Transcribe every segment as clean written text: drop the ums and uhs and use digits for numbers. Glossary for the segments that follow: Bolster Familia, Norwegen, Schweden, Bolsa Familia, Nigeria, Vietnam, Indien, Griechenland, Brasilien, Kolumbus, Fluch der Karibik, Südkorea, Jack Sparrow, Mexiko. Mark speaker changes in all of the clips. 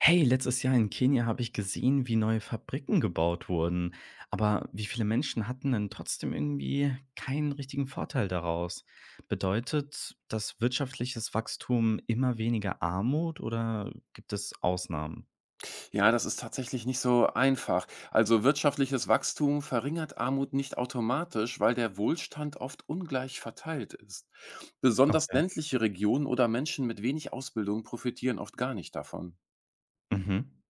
Speaker 1: Hey, letztes Jahr in Kenia habe ich gesehen, wie neue Fabriken gebaut wurden. Aber wie viele Menschen hatten denn trotzdem irgendwie keinen richtigen Vorteil daraus? Bedeutet das wirtschaftliches Wachstum immer weniger Armut oder gibt es Ausnahmen?
Speaker 2: Ja, das ist tatsächlich nicht so einfach. Also wirtschaftliches Wachstum verringert Armut nicht automatisch, weil der Wohlstand oft ungleich verteilt ist. Besonders
Speaker 1: Okay.
Speaker 2: ländliche Regionen oder Menschen mit wenig Ausbildung profitieren oft gar nicht davon.
Speaker 1: Mhm.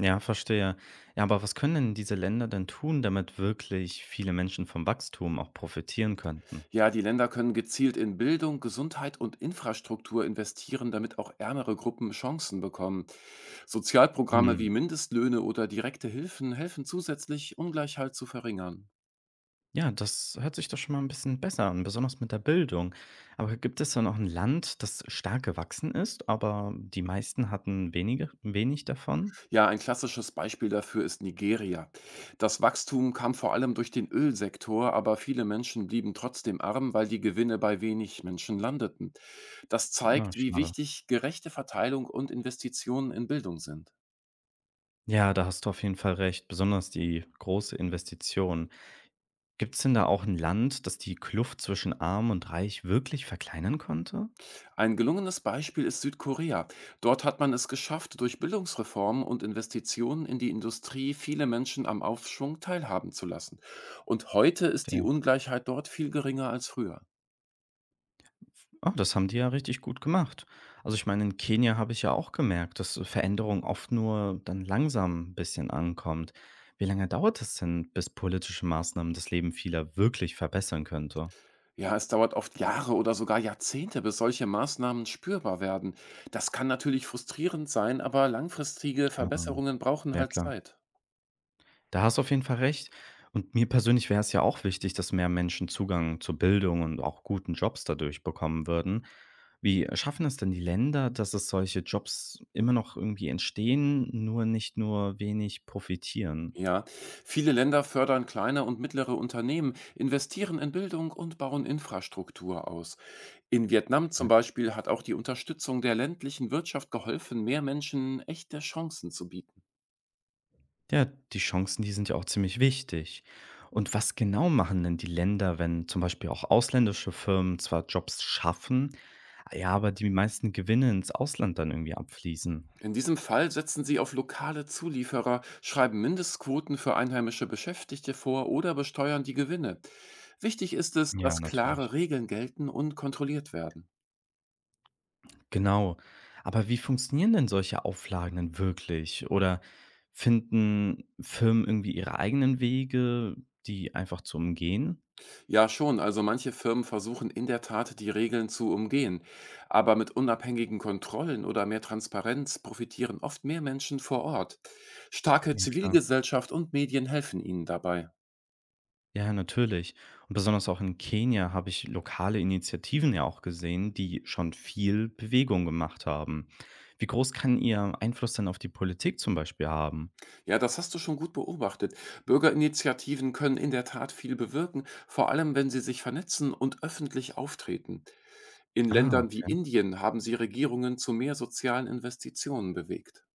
Speaker 1: Ja, verstehe. Ja, aber was können denn diese Länder denn tun, damit wirklich viele Menschen vom Wachstum auch profitieren könnten?
Speaker 2: Ja, die Länder können gezielt in Bildung, Gesundheit und Infrastruktur investieren, damit auch ärmere Gruppen Chancen bekommen. Sozialprogramme
Speaker 1: Hm.
Speaker 2: wie Mindestlöhne oder direkte Hilfen helfen zusätzlich, Ungleichheit zu verringern.
Speaker 1: Ja, das hört sich doch schon mal ein bisschen besser an, besonders mit der Bildung. Aber gibt es da noch ein Land, das stark gewachsen ist, aber die meisten hatten wenige wenig davon?
Speaker 2: Ja, ein klassisches Beispiel dafür ist Nigeria. Das Wachstum kam vor allem durch den Ölsektor, aber viele Menschen blieben trotzdem arm, weil die Gewinne bei wenig Menschen landeten. Das
Speaker 1: Ja,
Speaker 2: zeigt, wie
Speaker 1: schade.
Speaker 2: wichtig gerechte Verteilung und Investitionen in Bildung sind.
Speaker 1: Ja, da hast du auf jeden Fall recht, besonders die große Investition. Gibt es denn da auch ein Land, das die Kluft zwischen arm und reich wirklich verkleinern konnte?
Speaker 2: Ein gelungenes Beispiel ist Südkorea. Dort hat man es geschafft, durch Bildungsreformen und Investitionen in die Industrie viele Menschen am Aufschwung teilhaben zu lassen. Und heute ist die
Speaker 1: Verstehe.
Speaker 2: Ungleichheit dort viel geringer als früher.
Speaker 1: Ah, das haben die ja richtig gut gemacht. Also ich meine, in Kenia habe ich ja auch gemerkt, dass Veränderung oft nur dann langsam 'n bisschen ankommt. Wie lange dauert es denn, bis politische Maßnahmen das Leben vieler wirklich verbessern könnte?
Speaker 2: Ja, es dauert oft Jahre oder sogar Jahrzehnte, bis solche Maßnahmen spürbar werden. Das kann natürlich frustrierend sein, aber langfristige
Speaker 1: Ähm,
Speaker 2: Verbesserungen brauchen
Speaker 1: ja,
Speaker 2: halt
Speaker 1: klar.
Speaker 2: Zeit.
Speaker 1: Da hast du auf jeden Fall recht. Und mir persönlich wäre es ja auch wichtig, dass mehr Menschen Zugang zu Bildung und auch guten Jobs dadurch bekommen würden. Wie schaffen es denn die Länder, dass es solche Jobs immer noch irgendwie entstehen, nur nicht nur wenig profitieren?
Speaker 2: Ja, viele Länder fördern kleine und mittlere Unternehmen, investieren in Bildung und bauen Infrastruktur aus. In Vietnam zum Beispiel hat auch die Unterstützung der ländlichen Wirtschaft geholfen, mehr Menschen echte Chancen zu bieten.
Speaker 1: Ja, die Chancen, die sind ja auch ziemlich wichtig. Und was genau machen denn die Länder, wenn zum Beispiel auch ausländische Firmen zwar Jobs schaffen, ja, aber die meisten Gewinne ins Ausland dann irgendwie abfließen?
Speaker 2: In diesem Fall setzen sie auf lokale Zulieferer, schreiben Mindestquoten für einheimische Beschäftigte vor oder besteuern die Gewinne. Wichtig ist es,
Speaker 1: Ja,
Speaker 2: dass klare
Speaker 1: natürlich.
Speaker 2: Regeln gelten und kontrolliert werden.
Speaker 1: Genau. Aber wie funktionieren denn solche Auflagen denn wirklich? Oder finden Firmen irgendwie ihre eigenen Wege, die einfach zu umgehen?
Speaker 2: Ja, schon, also manche Firmen versuchen in der Tat, die Regeln zu umgehen. Aber mit unabhängigen Kontrollen oder mehr Transparenz profitieren oft mehr Menschen vor Ort. Starke
Speaker 1: Ja, klar.
Speaker 2: Zivilgesellschaft und Medien helfen ihnen dabei.
Speaker 1: Ja, natürlich. Und besonders auch in Kenia habe ich lokale Initiativen ja auch gesehen, die schon viel Bewegung gemacht haben. Wie groß kann ihr Einfluss denn auf die Politik zum Beispiel haben?
Speaker 2: Ja, das hast du schon gut beobachtet. Bürgerinitiativen können in der Tat viel bewirken, vor allem wenn sie sich vernetzen und öffentlich auftreten. In
Speaker 1: Ah,
Speaker 2: Ländern wie
Speaker 1: okay.
Speaker 2: Indien haben sie Regierungen zu mehr sozialen Investitionen bewegt.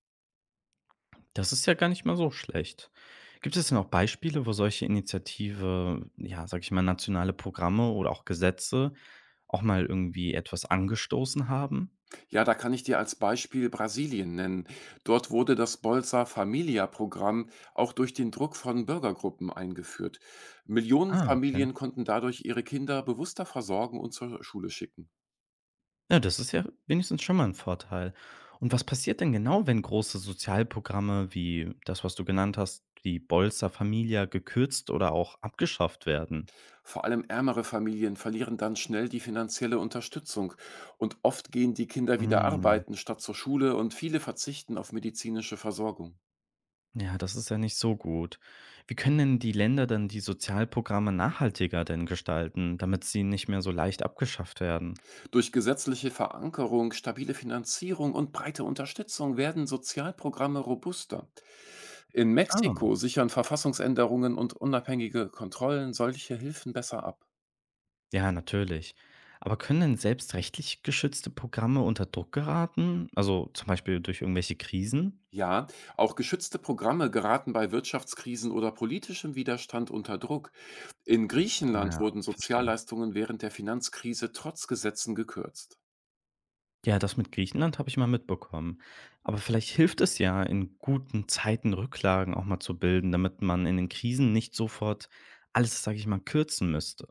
Speaker 1: Das ist ja gar nicht mal so schlecht. Gibt es denn auch Beispiele, wo solche Initiative, ja, sag ich mal, nationale Programme oder auch Gesetze auch mal irgendwie etwas angestoßen haben?
Speaker 2: Ja, da kann ich dir als Beispiel Brasilien nennen. Dort wurde das Bolsa Familia-Programm auch durch den Druck von Bürgergruppen eingeführt. Millionen
Speaker 1: Ah, okay.
Speaker 2: Familien konnten dadurch ihre Kinder bewusster versorgen und zur Schule schicken.
Speaker 1: Ja, das ist ja wenigstens schon mal ein Vorteil. Und was passiert denn genau, wenn große Sozialprogramme wie das, was du genannt hast, die Bolster Familia gekürzt oder auch abgeschafft werden?
Speaker 2: Vor allem ärmere Familien verlieren dann schnell die finanzielle Unterstützung und oft gehen die Kinder wieder
Speaker 1: Mhm.
Speaker 2: arbeiten statt zur Schule und viele verzichten auf medizinische Versorgung.
Speaker 1: Ja, das ist ja nicht so gut. Wie können denn die Länder dann die Sozialprogramme nachhaltiger denn gestalten, damit sie nicht mehr so leicht abgeschafft werden?
Speaker 2: Durch gesetzliche Verankerung, stabile Finanzierung und breite Unterstützung werden Sozialprogramme robuster. In
Speaker 1: Ah,
Speaker 2: Mexiko sichern Verfassungsänderungen und unabhängige Kontrollen solche Hilfen besser ab.
Speaker 1: ja, natürlich. Aber können denn selbst rechtlich geschützte Programme unter Druck geraten, also, zum Beispiel durch irgendwelche Krisen?
Speaker 2: Ja, auch geschützte Programme geraten bei Wirtschaftskrisen oder politischem Widerstand unter Druck. In
Speaker 1: Ah,
Speaker 2: Griechenland
Speaker 1: ja,
Speaker 2: wurden
Speaker 1: verstehe.
Speaker 2: Sozialleistungen während der Finanzkrise trotz Gesetzen gekürzt.
Speaker 1: Ja, das mit Griechenland habe ich mal mitbekommen. Aber vielleicht hilft es ja, in guten Zeiten Rücklagen auch mal zu bilden, damit man in den Krisen nicht sofort alles, sage ich mal, kürzen müsste.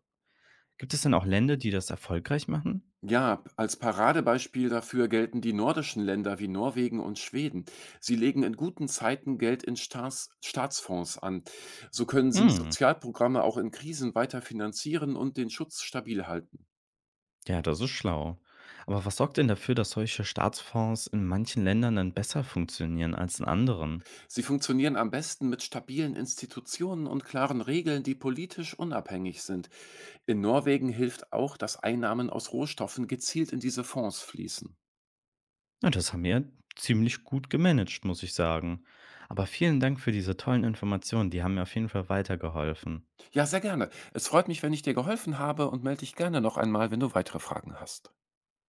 Speaker 1: Gibt es denn auch Länder, die das erfolgreich machen?
Speaker 2: Ja, als Paradebeispiel dafür gelten die nordischen Länder wie Norwegen und Schweden. Sie legen in guten Zeiten Geld in Staatsfonds an. So können sie
Speaker 1: Hm,
Speaker 2: Sozialprogramme auch in Krisen weiter finanzieren und den Schutz stabil halten.
Speaker 1: ja, das ist schlau. Aber was sorgt denn dafür, dass solche Staatsfonds in manchen Ländern dann besser funktionieren als in anderen?
Speaker 2: Sie funktionieren am besten mit stabilen Institutionen und klaren Regeln, die politisch unabhängig sind. In Norwegen hilft auch, dass Einnahmen aus Rohstoffen gezielt in diese Fonds fließen.
Speaker 1: Na, das haben wir ziemlich gut gemanagt, muss ich sagen. Aber vielen Dank für diese tollen Informationen, die haben mir auf jeden Fall weitergeholfen.
Speaker 2: Ja, sehr gerne. Es freut mich, wenn ich dir geholfen habe, und melde dich gerne noch einmal, wenn du weitere Fragen hast.